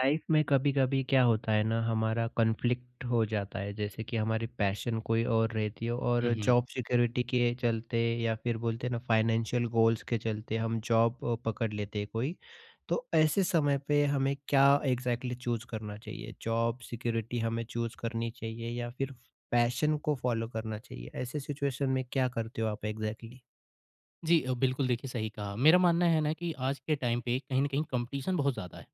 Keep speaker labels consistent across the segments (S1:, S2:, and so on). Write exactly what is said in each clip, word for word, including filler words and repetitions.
S1: Life में कभी कभी क्या होता है ना, हमारा कॉन्फ्लिक्ट हो जाता है। जैसे कि हमारी पैशन कोई और रहती है
S2: हुँ,
S1: और
S2: हुँ।
S1: जॉब सिक्योरिटी के चलते, या फिर बोलते हैं ना फाइनेंशियल गोल्स के चलते, हम जॉब पकड़ लेते हैं कोई। तो ऐसे समय पे हमें क्या एग्जैक्टली exactly चूज करना चाहिए? जॉब सिक्योरिटी हमें चूज करनी चाहिए या फिर पैशन को फॉलो करना चाहिए? ऐसे सिचुएशन में क्या करते हो आप एग्जैक्टली?
S2: जी अ, बिल्कुल देखिए सही कहा। मेरा मानना है ना कि आज के टाइम पे कहीं न कहीं कॉम्पिटिशन बहुत ज़्यादा है,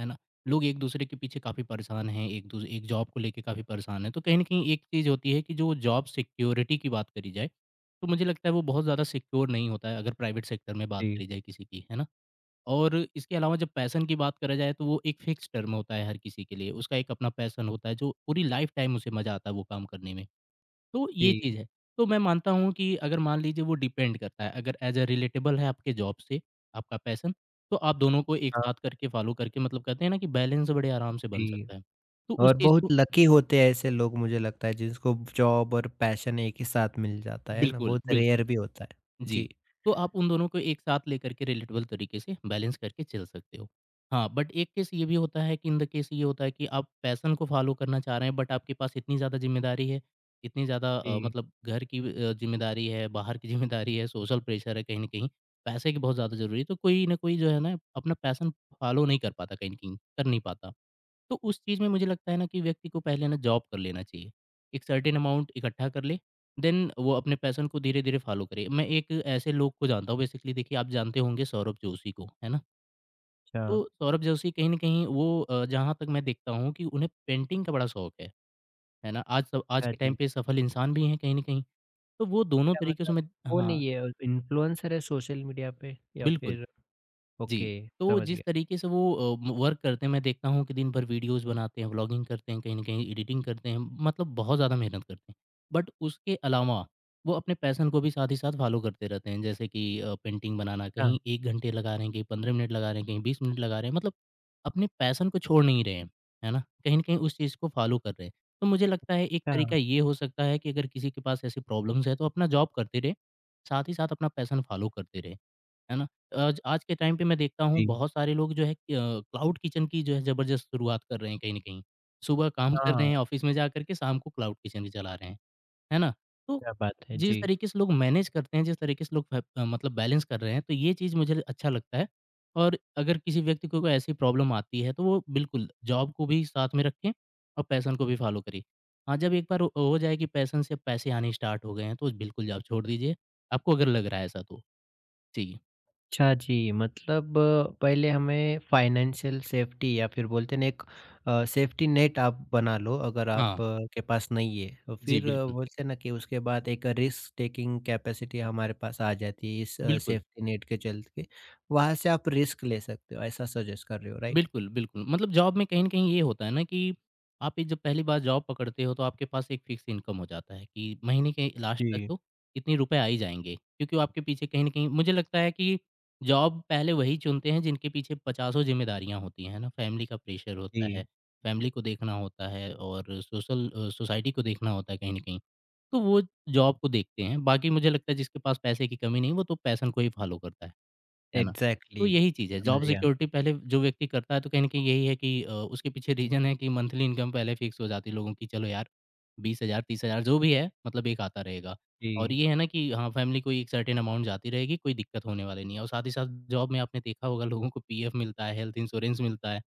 S2: है ना? लोग एक-दूसरे के पीछे काफ़ी परेशान हैं, एक दूस एक जॉब को लेके काफ़ी परेशान हैं। तो कहीं न कहीं एक चीज़ होती है कि जो जॉब सिक्योरिटी की बात करी जाए, तो मुझे लगता है वो बहुत ज़्यादा सिक्योर नहीं होता है अगर प्राइवेट सेक्टर में बात
S1: जी,
S2: करी जाए किसी की, है ना? और इसके अलावा जब पैशन की बात करा जाए तो वो एक फिक्स टर्म होता है हर किसी के लिए। उसका एक अपना पैशन होता है जो पूरी लाइफ़ टाइम उसे मज़ा आता है वो काम करने में। तो ये
S1: जी,
S2: चीज़ है। तो मैं मानता हूँ कि अगर मान लीजिए वो डिपेंड करता है, अगर एज़ अ रिलेटेबल है आपके जॉब से, आपका पैशन, तो आप दोनों को एक
S1: हाँ,
S2: साथ करके फ़ॉलो करके मतलब कहते हैं ना कि बैलेंस बड़े आराम से बन
S1: जी।
S2: सकता है। तो उस
S1: और
S2: चीज़
S1: बहुत
S2: को
S1: लकी होते हैं ऐसे लोग, मुझे लगता है, जिनको जॉब और पैशन एक ही साथ मिल जाता है ना,
S2: बिल्कुल,
S1: बहुत
S2: बिल्कुल।
S1: रेयर भी होता है। जी।
S2: जी, तो आप उन दोनों को एक साथ लेकर के रिलेटेबल तरीके से बैलेंस करके चल सकते हो। हाँ, बट एक केस ये भी होता है कि इन द केस ये होता है कि आप पैशन को फॉलो करना चाह रहे हैं बट आपके पास इतनी ज़्यादा ज़िम्मेदारी है, इतनी ज़्यादा अ,
S1: जी।
S2: मतलब घर की अ, ज़िम्मेदारी है, बाहर की ज़िम्मेदारी है, सोशल प्रेशर है कहीं न कहीं, पैसे की बहुत ज़्यादा ज़रूरी है, तो कोई ना कोई जो है ना अपना पैशन फॉलो नहीं कर पाता कहीं न कहीं, कर नहीं पाता। तो उस चीज़ में मुझे लगता है ना कि व्यक्ति को पहले ना जॉब कर लेना चाहिए। एक सर्टेन अमाउंट इकट्ठा कर ले, देन वो अपने पैशन को धीरे-धीरे फ़ॉलो करे। मैं एक ऐसे लोग को जानता हूँ बेसिकली देखिए आप जानते होंगे सौरभ जोशी को, है ना?
S1: अच्छा,
S2: तो सौरभ जोशी कहीं न कहीं वो अ, जहाँ तक मैं देखता हूँ कि उन्हें पेंटिंग का बड़ा शौक है, है ना? आज सब आज
S1: अच्छा
S2: के टाइम
S1: जी।
S2: पे सफल इंसान भी हैं कहीं न कहीं। तो वो दोनों
S1: क्या
S2: तरीके से
S1: मतलब,
S2: मैं
S1: कौन है
S2: हाँ,
S1: ये? इन्फ्लुएंसर है सोशल मीडिया पे या
S2: बिल्कुल।
S1: फिर?
S2: जी,
S1: ओके।
S2: तो
S1: समझ
S2: जिस
S1: गया।
S2: तरीके से वो अ, वर्क करते हैं मैं देखता हूँ कि दिन भर वीडियोज़ बनाते हैं, व्लॉगिंग करते हैं, कहीं न कहीं एडिटिंग करते हैं, मतलब बहुत ज़्यादा मेहनत करते हैं। बट उसके अलावा वो अपने पैशन को भी साथ ही साथ फ़ॉलो करते रहते हैं। जैसे कि अ, पेंटिंग बनाना
S1: अच्छा,
S2: कहीं एक घंटे लगा रहे हैं, कहीं पंद्रह मिनट लगा रहे हैं, कहीं बीस मिनट लगा रहे हैं, मतलब अपने पैशन को छोड़ नहीं रहे हैं, है ना? कहीं न कहीं उस चीज़ को फ़ॉलो कर रहे हैं। तो मुझे लगता है एक तरीका
S1: अच्छा।
S2: ये हो सकता है कि अगर किसी के पास ऐसी प्रॉब्लम्स है तो अपना जॉब करते रहे, साथ ही साथ अपना पैशन फ़ॉलो करते रहे, है ना? आज आज के टाइम पे मैं देखता हूँ
S1: जी।
S2: बहुत सारे लोग जो है अ, क्लाउड किचन की जो है ज़बरदस्त शुरुआत कर रहे हैं कहीं न कहीं। सुबह काम कर रहे
S1: हाँ,
S2: हैं ऑफ़िस में जाकर के शाम को क्लाउड किचन ही चला रहे हैं, है ना? तो
S1: क्या बात है।
S2: जिस
S1: जी।
S2: तरीके से लोग मैनेज करते हैं, जिस तरीके से लोग फ अ, मतलब बैलेंस कर रहे हैं, तो ये चीज़ मुझे अच्छा लगता है। और अगर किसी व्यक्ति को कोई ऐसी प्रॉब्लम आती है, तो वो बिल्कुल जॉब को भी साथ में रखें और पैशन को भी फ़ॉलो करें। हाँ, जब एक बार हो हो जाए कि पैशन से पैसे आने स्टार्ट हो गए हैं, तो बिल्कुल जॉब छोड़ दीजिए, आपको अगर लग रहा है ऐसा तो। जी।
S1: अच्छा जी, मतलब अ, पहले हमें फाइनेंशियल सेफ्टी या फिर बोलते हैं ना एक अ, सेफ्टी नेट आप बना लो अगर
S2: हाँ।
S1: आप अ, के पास नहीं है। और
S2: जी,
S1: फिर अ,
S2: बिल्कुल।
S1: बोलते हैं ना कि उसके बाद एक रिस्क टेकिंग कैपेसिटी हमारे पास आ जाती है इस अ,
S2: बिल्कुल,
S1: सेफ्टी नेट के चलते। वहाँ से आप रिस्क ले सकते हो, ऐसा सजेस्ट कर रहे हो, राइट?
S2: बिल्कुल, बिल्कुल। मतलब जॉब में कहीं न कहीं ये होता है ना कि आप ये जब पहली बार जॉब पकड़ते हो तो आपके पास एक फ़िक्स इनकम हो जाता है कि महीने के लास्ट तक
S1: जी,
S2: तो इतने रुपए आ ही जाएँगे। क्योंकि वो आपके पीछे कहीं न कहीं मुझे लगता है कि जॉब पहले वही चुनते हैं जिनके पीछे पचासों ज़िम्मेदारियाँ होती हैं, है ना? फैमिली का प्रेशर होता है,
S1: जी।
S2: फैमिली को देखना होता है और सोशल अ, सोसाइटी को देखना होता है कहीं न कहीं। तो वो जॉब को देखते हैं, बाकी मुझे लगता है जिसके पास पैसे की कमी नहीं, वो तो पैशन को ही फ़ॉलो करता है। है ना? तो
S1: एग्ज़ैक्टली।
S2: यही चीज़ है,
S1: समझ
S2: जॉब
S1: गया।
S2: सिक्योरिटी पहले जो व्यक्ति करता है तो कहीं न कहीं यही है कि अ, उसके पीछे रीज़न है कि मंथली इनकम पहले फ़िक्स हो जाती है लोगों की, चलो यार बीस हज़ार तीस हज़ार जो भी है मतलब एक आता रहेगा। और
S1: जी।
S2: ये है ना कि हाँ, फैमिली को एक सर्टेन अमाउंट जाती रहेगी, कोई दिक्कत होने वाली नहीं है और साथ ही साथ जॉब में आपने देखा होगा लोगों को पीएफ मिलता है, हेल्थ इंश्योरेंस मिलता है,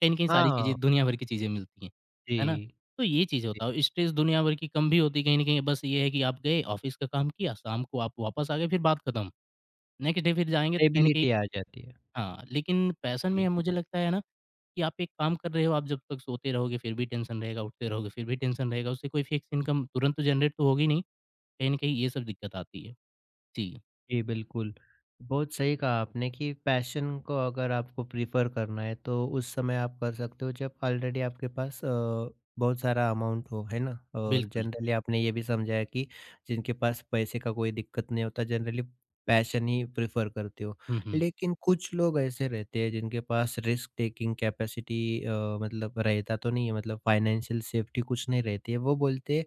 S2: कहीं न कहीं सारी
S1: हाँ,
S2: चीज़ें दुनिया भर की चीज़ें मिलती हैं,
S1: जी,
S2: है ना? तो ये चीज़
S1: जी।
S2: होता है और स्ट्रेस दुनिया भर की कम भी होती है कहीं न कहीं बस ये है कि आप गए ऑफ़िस का काम किया, शाम को आप वापस आ गए फिर बात खत्म। नेक्स्ट डे फिर जाएँगे तो कहीं न कहीं
S1: स्टेबिलिटी आ जाती है।
S2: हाँ, लेकिन पैशन में
S1: जी।
S2: मुझे लगता है ना कि आप एक काम कर रहे हो, आप जब तक सोते रहोगे फिर भी टेंशन रहेगा, उठते रहोगे फिर भी टेंशन रहेगा, उससे कोई फिक्स इनकम तुरंत तो जनरेट तो होगी नहीं, कहीं न कहीं ये सब दिक्कत आती है। जी,
S1: जी, बिल्कुल। बहुत सही कहा आपने कि पैशन को अगर आपको प्रेफ़र करना है तो उस समय आप कर सकते हो जब ऑलरेडी आपके पास अ, बहुत सारा अमाउंट हो, है ना? और
S2: बिल्कुल।
S1: जनरली आपने ये भी समझाया कि जिनके पास पैसे का कोई दिक्कत नहीं होता जनरली पैशन ही प्रेफ़र करते हो।
S2: हुँ, हुँ।
S1: लेकिन कुछ लोग ऐसे रहते हैं जिनके पास रिस्क टेकिंग कैपेसिटी अ, मतलब रहता तो नहीं है, मतलब फाइनेंशियल सेफ्टी कुछ नहीं रहती है। वो बोलते हैं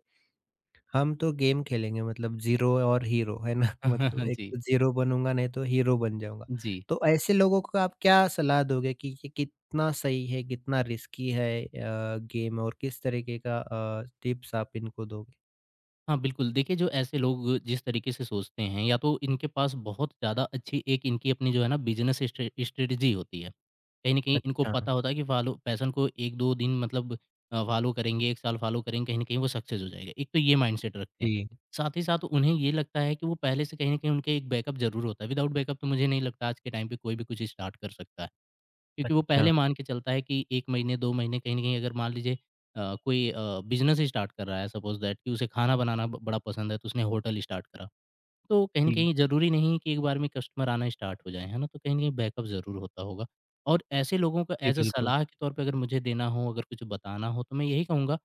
S1: हम तो गेम खेलेंगे, मतलब ज़ीरो और हीरो, है ना? मतलब एक
S2: जी,
S1: तो ज़ीरो बनूँगा नहीं तो हीरो बन जाऊँगा।
S2: जी।
S1: तो ऐसे लोगों को आप क्या सलाह दोगे कि ये कितना सही है, कितना रिस्की है अ, गेम? और किस तरीके का अ, टिप्स आप इनको दोगे?
S2: हाँ, बिल्कुल। देखिए, जो ऐसे लोग जिस तरीके से सोचते हैं या तो इनके पास बहुत ज़्यादा अच्छी एक इनकी अपनी जो है ना बिज़नेस स्ट्रे स्ट्रेटजी होती है। कहीं न कहीं इनको
S1: अच्छा,
S2: पता होता है कि फ़ॉलो पैशन को एक दो दिन मतलब अ, फ़ॉलो करेंगे, एक साल फ़ॉलो करेंगे, कहीं न कहीं वो सक्सेस हो जाएगा। एक तो ये माइंडसेट रखते हैं।
S1: जी।
S2: साथ ही साथ उन्हें ये लगता है कि वो पहले से कहीं न कहीं उनके एक बैकअप ज़रूर होता है। विदाउट बैकअप तो मुझे नहीं लगता आज के टाइम पे कोई भी कुछ स्टार्ट कर सकता है। क्योंकि वो
S1: अच्छा,
S2: पहले मान के चलता है कि एक महीने, दो महीने कहीं न कहीं अगर मान लीजिए अ, कोई अ, बिज़नेस स्टार्ट कर रहा है सपोज़ दैट कि उसे खाना बनाना ब बड़ा पसंद है, तो उसने होटल स्टार्ट करा। तो कहीं न
S1: जी।
S2: कहीं ज़रूरी नहीं कि एक बार में कस्टमर आना स्टार्ट हो जाए, है ना? तो कहीं न कहीं बैकअप ज़रूर होता होगा। और ऐसे लोगों को
S1: जी,
S2: ऐज़ अ
S1: बिल्कुल।
S2: सलाह के तौर पे अगर मुझे देना हो, अगर कुछ बताना हो, तो मैं यही कहूँगा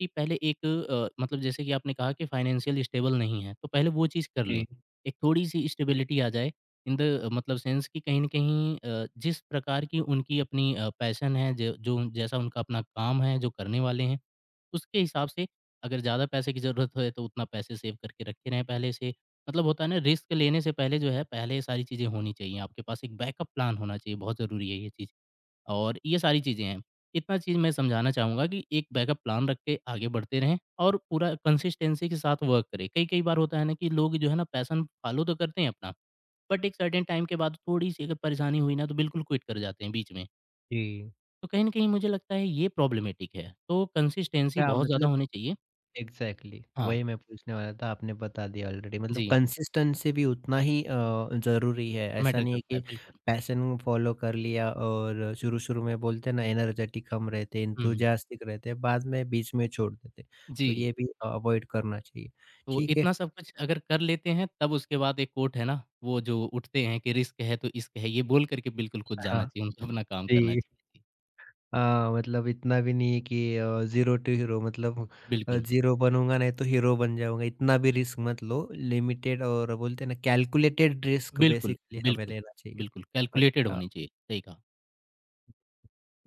S2: कि पहले एक अ, मतलब जैसे कि आपने कहा कि फाइनेंशियल स्टेबल नहीं है, तो पहले वो चीज़ कर लें।
S1: जी,
S2: एक थोड़ी-सी स्टेबिलिटी आ जाए इन द मतलब सेंस कि कहीं न कहीं अ, जिस प्रकार की उनकी अपनी अ, पैशन है, ज जो जैसा उनका अपना काम है, जो करने वाले हैं, उसके हिसाब से अगर ज़्यादा पैसे की ज़रूरत है तो उतना पैसे सेव करके रखे रहें पहले से। मतलब होता है ना रिस्क लेने से पहले जो है पहले ये सारी चीज़ें होनी चाहिए। आपके पास एक बैकअप प्लान होना चाहिए, बहुत ज़रूरी है ये चीज़। और ये सारी चीज़ें हैं। इतना चीज़ मैं समझाना चाहूँगा कि एक बैकअप प्लान रख के आगे बढ़ते रहें और पूरा कंसिस्टेंसी के साथ वर्क करें। कई-कई बार होता है ना कि लोग जो है ना पैशन फ़ॉलो तो करते हैं अपना, बट एक सर्टेन टाइम के बाद थोड़ी-सी अगर परेशानी हुई ना तो बिल्कुल क्विट कर जाते हैं बीच में।
S1: जी।
S2: तो कहीं न कहीं मुझे लगता है ये प्रॉब्लमैटिक है। तो कंसिस्टेंसी
S1: क्या
S2: बहुत ज़्यादा
S1: मतलब,
S2: होनी चाहिए।
S1: एग्ज़ैक्टली
S2: हाँ।
S1: वही मैं पूछने वाला था, आपने बता दिया ऑलरेडी। मतलब
S2: जी,
S1: कंसिस्टेंसी भी उतना ही अ, ज़रूरी है। ऐसा
S2: मैटर
S1: नहीं है
S2: करता
S1: कि
S2: है, बिल्कुल।
S1: पैशन फ़ॉलो कर लिया और शुरू-शुरू में बोलते हैं ना एनर्जेटिक हम रहते हैं,
S2: हुँ, हुँ।
S1: एंथुसियास्टिक रहते हैं, बाद में बीच में छोड़ देते हैं। तो
S2: जी,
S1: ये भी अवॉइड करना चाहिए।
S2: तो
S1: ठीक है।
S2: इतना सब कुछ अगर कर लेते हैं तब उसके बाद एक कोट है ना, वो जो उठते हैं कि रिस्क है तो इश्क है, ये बोल कर के बिल्कुल खुद जाना
S1: हाँ,
S2: चाहिए, उनको अपना काम करना
S1: जी।
S2: चाहिए। जी,
S1: हाँ, मतलब इतना भी नहीं है कि अ, ज़ीरो टू हीरो, मतलब अ,
S2: बिल्कुल,
S1: ज़ीरो बनूँगा नहीं तो हीरो बन जाऊँगा, इतना भी रिस्क मत लो। लिमिटेड और बोलते हैं ना कैलकुलेटेड रिस्क
S2: बिल्कुल,
S1: बेसिकली हमें
S2: बिल्कुल,
S1: लेना चाहिए।
S2: बिल्कुल, कैलकुलेटेड
S1: अच्छा।
S2: होनी चाहिए, सही कहा।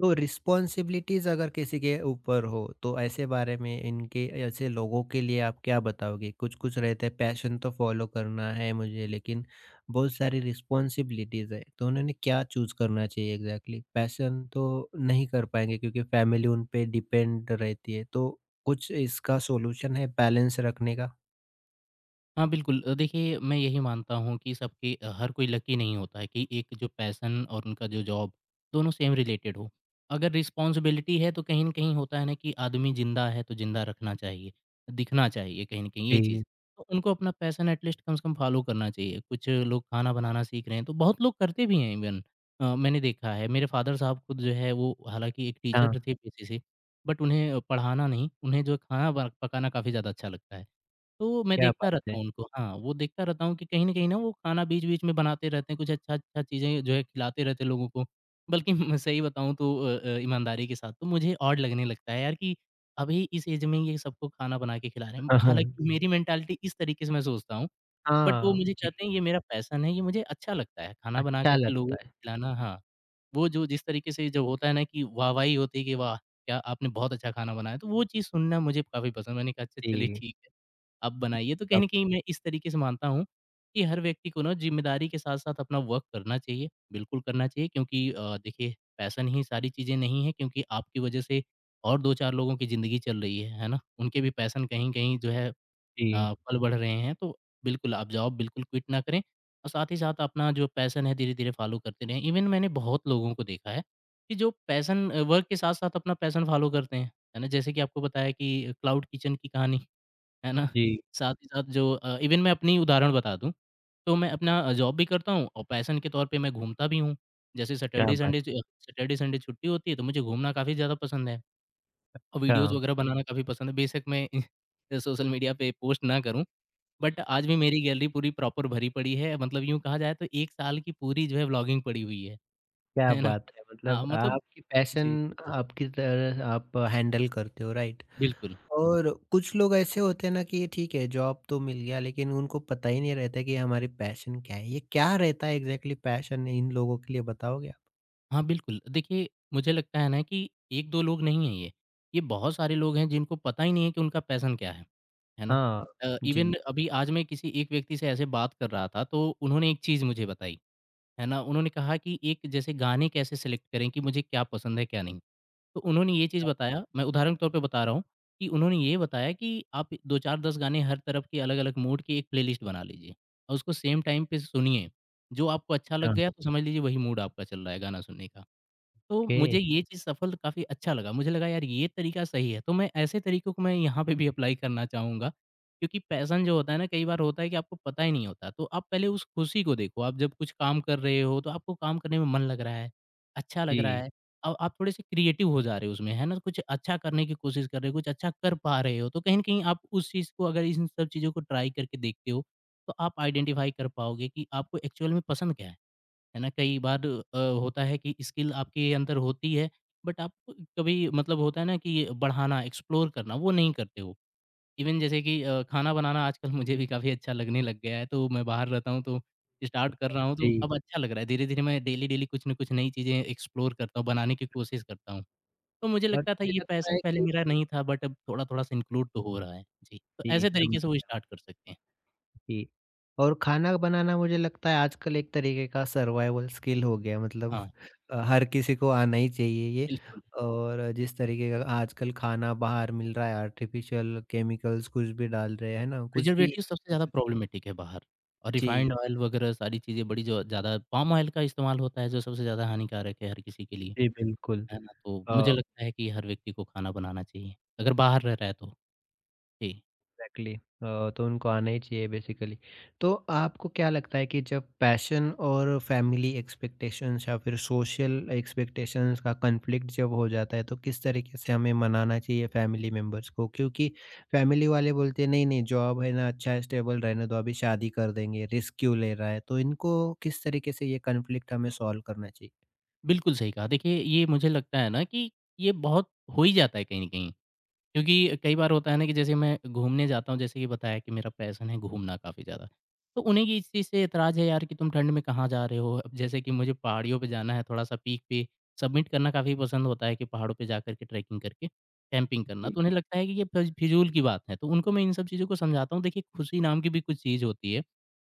S1: तो रिस्पॉन्सिबिलिटीज अगर किसी के ऊपर हो तो ऐसे बारे में इनके, ऐसे लोगों के लिए आप क्या बताओगे? कुछ कुछ रहते हैं पैशन तो फॉलो करना है मुझे, लेकिन बहुत सारी रिस्पॉन्सिबिलिटीज है तो उन्होंने क्या चूज करना चाहिए एग्जैक्टली? पैशन तो नहीं कर पाएंगे क्योंकि फैमिली उन पे डिपेंड रहती है, तो कुछ इसका सॉल्यूशन है बैलेंस रखने का?
S2: हाँ, बिल्कुल। अ, देखिए मैं यही मानता हूँ कि सबके अ, हर कोई लकी नहीं होता है कि एक जो पैशन और उनका जो जॉब दोनों सेम रिलेटेड हो। अगर रिस्पॉन्सिबिलिटी है तो कहीं न कहीं होता है ना कि आदमी ज़िंदा है तो ज़िंदा रखना चाहिए, दिखना चाहिए कहीं न कहीं ये चीज़।
S1: जी।
S2: तो उनको अपना पैशन एट लीस्ट कम से कम फ़ॉलो करना चाहिए। कुछ लोग खाना बनाना सीख रहे हैं तो बहुत लोग करते भी हैं इवन अ, मैंने देखा है। मेरे फ़ादर साहब खुद जो है वो हालाँकि एक
S1: हाँ।
S2: टीचर थे पेशे से बट उन्हें पढ़ाना नहीं, उन्हें जो खाना ब पकाना काफ़ी ज़्यादा अच्छा लगता है। तो मैं
S1: क्या
S2: देखता
S1: बात
S2: रहता
S1: है।
S2: हूँ उनको हाँ, वो देखता रहता हूँ कि कहीं न कहीं ना वो खाना बीच-बीच में बनाते रहते हैं, कुछ अच्छा-अच्छा चीज़ें जो है खिलाते रहते हैं लोगों को। बल्कि मैं सही बताऊँ तो अ अ, ईमानदारी के साथ तो मुझे ऑड लगने लगता है यार कि अभी इस ऐज में ये सबको खाना बना के खिला रहे हैं। हालाँकि मेरी मेंटालिटी इस तरीके से मैं सोचता हूँ, बट वो
S1: हाँ,
S2: मुझे
S1: जी।
S2: कहते हैं ये मेरा पैशन है, ये मुझे अच्छा लगता है, खाना बना कर
S1: अच्छा
S2: के लोगों
S1: लगता
S2: को
S1: है।
S2: खिलाना हाँ। वो जो जिस तरीके से जो होता है ना कि वाहवाही होती है कि वाह! क्या आपने बहुत अच्छा खाना बनाया, तो वो चीज़ सुनना मुझे काफ़ी पसंद है। मैंने कहा अच्छा चलिए
S1: जी।
S2: ठीक है। आप बनाइए। तो कहीं
S1: सब।
S2: न कहीं मैं इस तरीके से मानता हूँ कि हर व्यक्ति को ना ज़िम्मेदारी के साथ-साथ अपना वर्क करना चाहिए, बिल्कुल करना चाहिए क्योंकि अ, देखिए पैशन ही सारी चीज़ें नहीं है क्योंकि आपकी वजह से और दो चार लोगों की ज़िंदगी चल रही है, है ना? उनके भी पैशन कहीं-कहीं जो है
S1: जी।
S2: अ, फल बढ़ रहे हैं। तो बिल्कुल आप जॉब बिल्कुल क्विट ना करें और साथ ही साथ अपना जो पैशन है धीरे-धीरे फॉलो करते रहें। इवन मैंने बहुत लोगों को देखा है कि जो पैशन वर्क के साथ-साथ अपना पैशन फॉलो करते हैं, है ना? जैसे कि आपको बताया कि क्लाउड किचन की कहानी। है ना?
S1: जी।
S2: साथ ही साथ जो अ, इवन मैं अपनी उदाहरण बता दूँ, तो मैं अपना अ, जॉब भी करता हूँ और पैशन के तौर पे मैं घूमता भी हूँ। जैसे
S1: क्या
S2: सैटरडे
S1: बात
S2: संडे ज सैटरडे संडे छुट्टी होती है, तो मुझे घूमना काफ़ी ज़्यादा पसंद है और
S1: अच्छा,
S2: वीडियोज़ वगैरह बनाना काफ़ी पसंद है। बेशक मैं सोशल मीडिया पे पोस्ट ना करूँ, बट आज भी मेरी गैलरी पूरी प्रॉपर भरी पड़ी है। मतलब यूँ कहा जाए तो एक साल की पूरी जो है व्लॉगिंग पड़ी हुई है।
S1: क्या
S2: है ना?
S1: बात है!
S2: हाँ,
S1: मतलब
S2: मतलब
S1: आपकी पैशन
S2: जी,
S1: आपकी तरह आप हैंडल करते हो, राइट?
S2: बिल्कुल।
S1: और कुछ लोग ऐसे होते हैं ना कि ठीक है, जॉब तो मिल गया, लेकिन उनको पता ही नहीं रहता कि हमारी पैशन क्या है। ये क्या रहता है एग्ज़ैक्टली पैशन, इन लोगों के लिए बताओगे आप?
S2: हाँ, बिल्कुल। देखिए, मुझे लगता है ना कि एक दो लोग नहीं हैं ये। ये बहुत सारे लोग हैं जिनको पता ही नहीं है कि उनका पैशन क्या है, है ना?
S1: हाँ,
S2: अ,
S1: जी,
S2: इवन अभी आज मैं किसी एक व्यक्ति से ऐसे बात कर रहा था तो उन्होंने एक चीज़ मुझे बताई, है ना? उन्होंने कहा कि एक जैसे गाने कैसे सेलेक्ट करें कि मुझे क्या पसंद है, क्या नहीं। तो उन्होंने ये चीज़ बताया, मैं उदाहरण के तौर पे बता रहा हूँ कि उन्होंने ये बताया कि आप दो चार दस गाने हर तरफ के अलग-अलग मूड की एक प्लेलिस्ट बना लीजिए और उसको सेम टाइम पे सुनिए। जो आपको अच्छा लग गया तो समझ लीजिए वही मूड आपका चल रहा है गाना सुनने का। तो
S1: ओके,
S2: मुझे ये चीज़ सफल काफ़ी अच्छा लगा। मुझे लगा यार ये तरीका सही है, तो मैं ऐसे तरीकों को मैं यहाँ पे भी अप्लाई करना चाहूँगा। क्योंकि पैशन जो होता है ना कई बार होता है कि आपको पता ही नहीं होता, तो आप पहले उस खुशी को देखो। आप जब कुछ काम कर रहे हो, तो आपको काम करने में मन लग रहा है, अच्छा लग रहा
S1: जी,
S2: है और आप थोड़े-से क्रिएटिव हो जा रहे हो उसमें, है ना? कुछ अच्छा करने की कोशिश कर रहे हो, कुछ अच्छा कर पा रहे हो, तो कहीं न कहीं आप उस चीज़ को अगर इन सब चीज़ों को ट्राई करके देखते हो, तो आप आइडेंटिफ़ाई कर पाओगे कि आपको एक्चुअल में पसंद क्या है। है ना? कई बार अ, होता है कि स्किल आपके अंदर होती है, बट आप कभी मतलब होता है ना कि बढ़ाना, एक्सप्लोर करना, वो नहीं करते हो। इवन जैसे कि अ, खाना बनाना आजकल मुझे भी काफ़ी अच्छा लगने लग गया है, तो मैं बाहर रहता हूँ, तो स्टार्ट कर रहा हूँ, तो
S1: जी।
S2: अब अच्छा लग रहा है। धीरे-धीरे मैं डेली-डेली कुछ न कुछ नई चीज़ें एक्सप्लोर करता हूँ, बनाने की कोशिश करता हूँ। तो मुझे
S1: और
S2: लगता था
S1: मुझे
S2: ये
S1: लगता
S2: पैशन
S1: है
S2: पहले
S1: कि
S2: मेरा नहीं था, बट अब थोड़ा-थोड़ा सा इंक्लूड तो हो रहा है। जी, तो
S1: जी,
S2: ऐसे
S1: समझ
S2: तरीके से वो
S1: गया।
S2: स्टार्ट कर सकते हैं।
S1: जी। और खाना बनाना मुझे लगता है आजकल एक तरीके का सर्वाइवल स्किल हो गया, मतलब
S2: हाँ,
S1: अ, हर किसी को आना ही चाहिए ये।
S2: बिल्कुल।
S1: और जिस तरीके का आजकल खाना बाहर मिल रहा है, आर्टिफिशियल केमिकल्स कुछ भी डाल रहे हैं
S2: हाँ,
S1: ना, कुछ भी।
S2: प्रिजर्वेटिव सबसे ज़्यादा प्रॉब्लमेटिक है बाहर और
S1: जी।
S2: रिफाइंड ऑयल वगैरह सारी चीज़ें बड़ी जो ज़्यादा पाम ऑयल का इस्तेमाल होता है जो सबसे ज़्यादा हानिकारक है हर किसी के लिए,
S1: जी, बिल्कुल।
S2: है ना? तो
S1: अ
S2: मुझे लगता है कि हर व्यक्ति को खाना बनाना चाहिए, अगर बाहर रह रहा है तो। जी,
S1: एग्जैक्टली, अ, तो उनको आना ही चाहिए बेसिकली। तो आपको क्या लगता है कि जब पैशन और फैमिली एक्सपेक्टेशंस या फिर सोशल एक्सपेक्टेशंस का कॉन्फ्लिक्ट जब हो जाता है तो किस तरीके से हमें मनाना चाहिए फैमिली मेंबर्स को? क्योंकि फैमिली वाले बोलते हैं नहीं, नहीं जॉब है ना अच्छा, स्टेबल रहने दो, अभी शादी कर देंगे, रिस्क क्यों ले रहा है? तो इनको किस तरीके से ये कॉन्फ्लिक्ट हमें सॉल्व करना चाहिए?
S2: बिल्कुल सही कहा। देखिए, ये मुझे लगता है ना कि ये बहुत हो ही जाता है कहीं न कहीं। क्योंकि कई बार होता है ना कि जैसे मैं घूमने जाता हूँ, जैसे कि बताया कि मेरा पैशन है घूमना काफ़ी ज़्यादा। तो उन्हें ये इस चीज़ से ऐतराज़ है यार कि तुम ठंड में कहाँ जा रहे हो? अब जैसे कि मुझे पहाड़ियों पे जाना है, थोड़ा-सा पीक पे सबमिट करना काफ़ी पसंद होता है कि पहाड़ों पे जाकर के ट्रैकिंग करके कैंपिंग करना।
S1: जी।
S2: तो उन्हें लगता है कि ये फ़िज़ फिज़ूल की बात है। तो उनको मैं इन सब चीज़ों को समझाता हूँ, देखिए खुशी नाम की भी कुछ चीज़ होती है।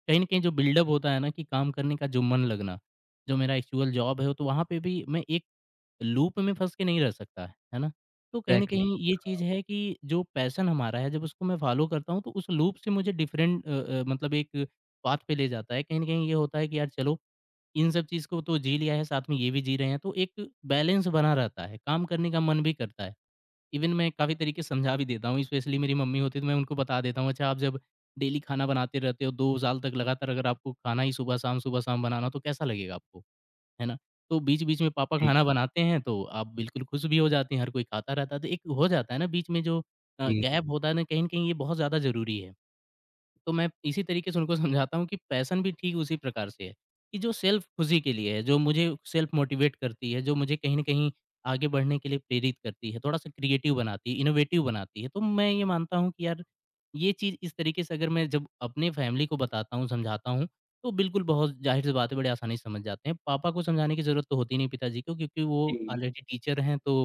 S2: कहीं न कहीं जो बिल्डअप होता है ना कि काम करने का जो मन लगना, जो मेरा एक्चुअल जॉब है, तो वहाँ पे भी मैं एक लूप में फँस के नहीं रह सकता है, है ना? तो कहीं न
S1: एग्जैक्टली।
S2: कहीं ये चीज़ है कि जो पैशन हमारा है, जब उसको मैं फ़ॉलो करता हूँ, तो उस लूप से मुझे डिफरेंट अ अ, मतलब एक पाथ पे ले जाता है। कहीं न कहीं ये होता है कि यार चलो, इन सब चीज़ को तो जी लिया है, साथ में ये भी जी रहे हैं, तो एक बैलेंस बना रहता है, काम करने का मन भी करता है। इवन मैं काफ़ी तरीके से समझा भी देता हूँ, स्पेशली मेरी मम्मी होती है, तो मैं उनको बता देता हूँ, "अच्छा, आप जब डेली खाना बनाते रहते हो, दो साल तक लगातार अगर आपको खाना ही सुबह-शाम, सुबह-शाम बनाना, तो कैसा लगेगा आपको?" है ना? तो बीच-बीच में पापा
S1: जी,
S2: खाना बनाते हैं तो आप बिल्कुल खुश भी हो जाते हैं, हर कोई खाता रहता है। तो एक हो जाता है ना बीच में जो अ,
S1: जी,
S2: गैप होता है ना, कहीं न कहीं ये बहुत ज़्यादा ज़रूरी है। तो मैं इसी तरीके से उनको समझाता हूँ कि पैशन भी ठीक उसी प्रकार से है, कि जो सेल्फ खुशी के लिए है, जो मुझे सेल्फ मोटिवेट करती है, जो मुझे कहीं न कहीं आगे बढ़ने के लिए प्रेरित करती है, थोड़ा-सा क्रिएटिव बनाती है, इनोवेटिव बनाती है। तो मैं ये मानता हूँ कि यार, ये चीज़ इस तरीके से अगर मैं जब अपने फैमिली को बताता हूँ, समझाता हूँ, तो बिल्कुल बहुत ज़ाहिर-सी बात है बड़े आसानी से समझ जाते हैं। पापा को समझाने की ज़रूरत तो होती नहीं पिताजी को क्योंकि वो
S1: जी,
S2: ऑलरेडी टीचर हैं, तो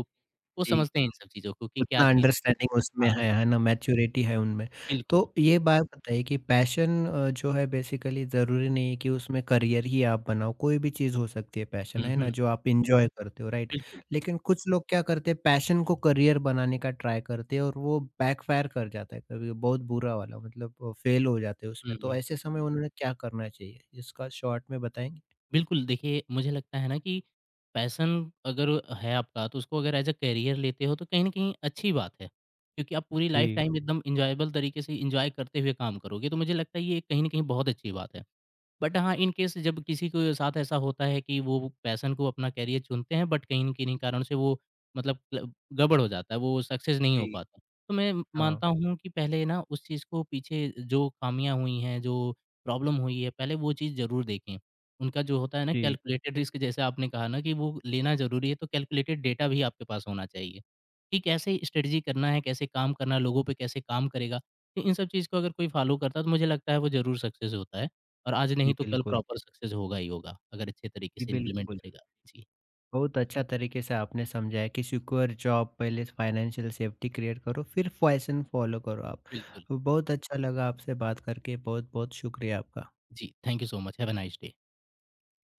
S2: वो
S1: जी।
S2: समझते हैं इन सब चीज़ों को कि क्या
S1: उतना
S2: चीज़ है।
S1: अंडरस्टैंडिंग उसमें
S2: हाँ,
S1: है, है ना? मैच्योरिटी
S2: बिल्कुल,
S1: है उनमें। तो
S2: बिल्कुल।
S1: ये बात बताइए कि पैशन अ, जो है बेसिकली ज़रूरी नहीं है कि उसमें करियर ही आप बनाओ, कोई भी चीज़ हो सकती है पैशन,
S2: हुँ,
S1: है
S2: हुँ,
S1: ना? जो आप एन्जॉय करते हो, राइट?
S2: बिल्कुल।
S1: लेकिन कुछ लोग क्या करते हैं पैशन को करियर बनाने का ट्राई करते हैं और वो बैकफ़ायर कर जाता है कभी बहुत बुरा वाला, मतलब अ, फेल हो जाते हैं
S2: हुँ,
S1: उसमें। तो
S2: हुँ।
S1: ऐसे समय उन्हें क्या करना चाहिए? इसका शॉर्ट में बताएँगे?
S2: बिल्कुल, देखिए मुझे लगता है ना कि पैशन अगर है आपका तो उसको अगर एज़ अ करियर लेते हो तो कहीं न कहीं अच्छी बात है, क्योंकि आप पूरी लाइफ़
S1: जी।
S2: टाइम एकदम एन्जॉयबल तरीके से एन्जॉय करते हुए काम करोगे, तो मुझे लगता है ये कहीं न कहीं बहुत अच्छी बात है। बट हाँ, इन केस जब किसी के साथ ऐसा होता है कि वो पैशन को अपना करियर चुनते हैं बट कहीं न किन्हीं कारण से वो मतलब क्ल गड़बड़ हो जाता है, वो सक्सेस नहीं हो
S1: जी,
S2: पाता। तो मैं
S1: हाँ।
S2: मानता हूँ कि पहले ना उस चीज़ को पीछे जो खामियाँ हुई हैं, जो प्रॉब्लम हुई है, पहले वो चीज़ ज़रूर देखें। उनका जो होता है ना
S1: जी।
S2: कैलकुलेटेड रिस्क जैसे आपने कहा ना कि वो लेना ज़रूरी है, तो कैलकुलेटेड डेटा भी आपके पास होना चाहिए कि कैसे स्ट्रेटजी करना है, कैसे काम करना है, लोगों पे कैसे काम करेगा। तो इन सब चीज़ को अगर कोई फ़ॉलो करता है तो मुझे लगता है वो ज़रूर सक्सेस होता है। और आज
S1: जी,
S2: नहीं तो कल
S1: बिल्कुल।
S2: प्रॉपर सक्सेस होगा ही होगा, अगर अच्छे तरीके
S1: जी,
S2: से इम्प्लीमेंट
S1: बिल्कुल।
S2: करेगा। जी,
S1: बहुत अच्छा तरीके से आपने समझाया कि सिक्योर जॉब पहले, फाइनेंशियल सेफ्टी क्रिएट करो, फिर फैशन फॉलो करो आप।
S2: बिल्कुल।
S1: बहुत अच्छा लगा आपसे बात करके, बहुत बहुत शुक्रिया आपका।
S2: जी, thank you so much, have a nice day.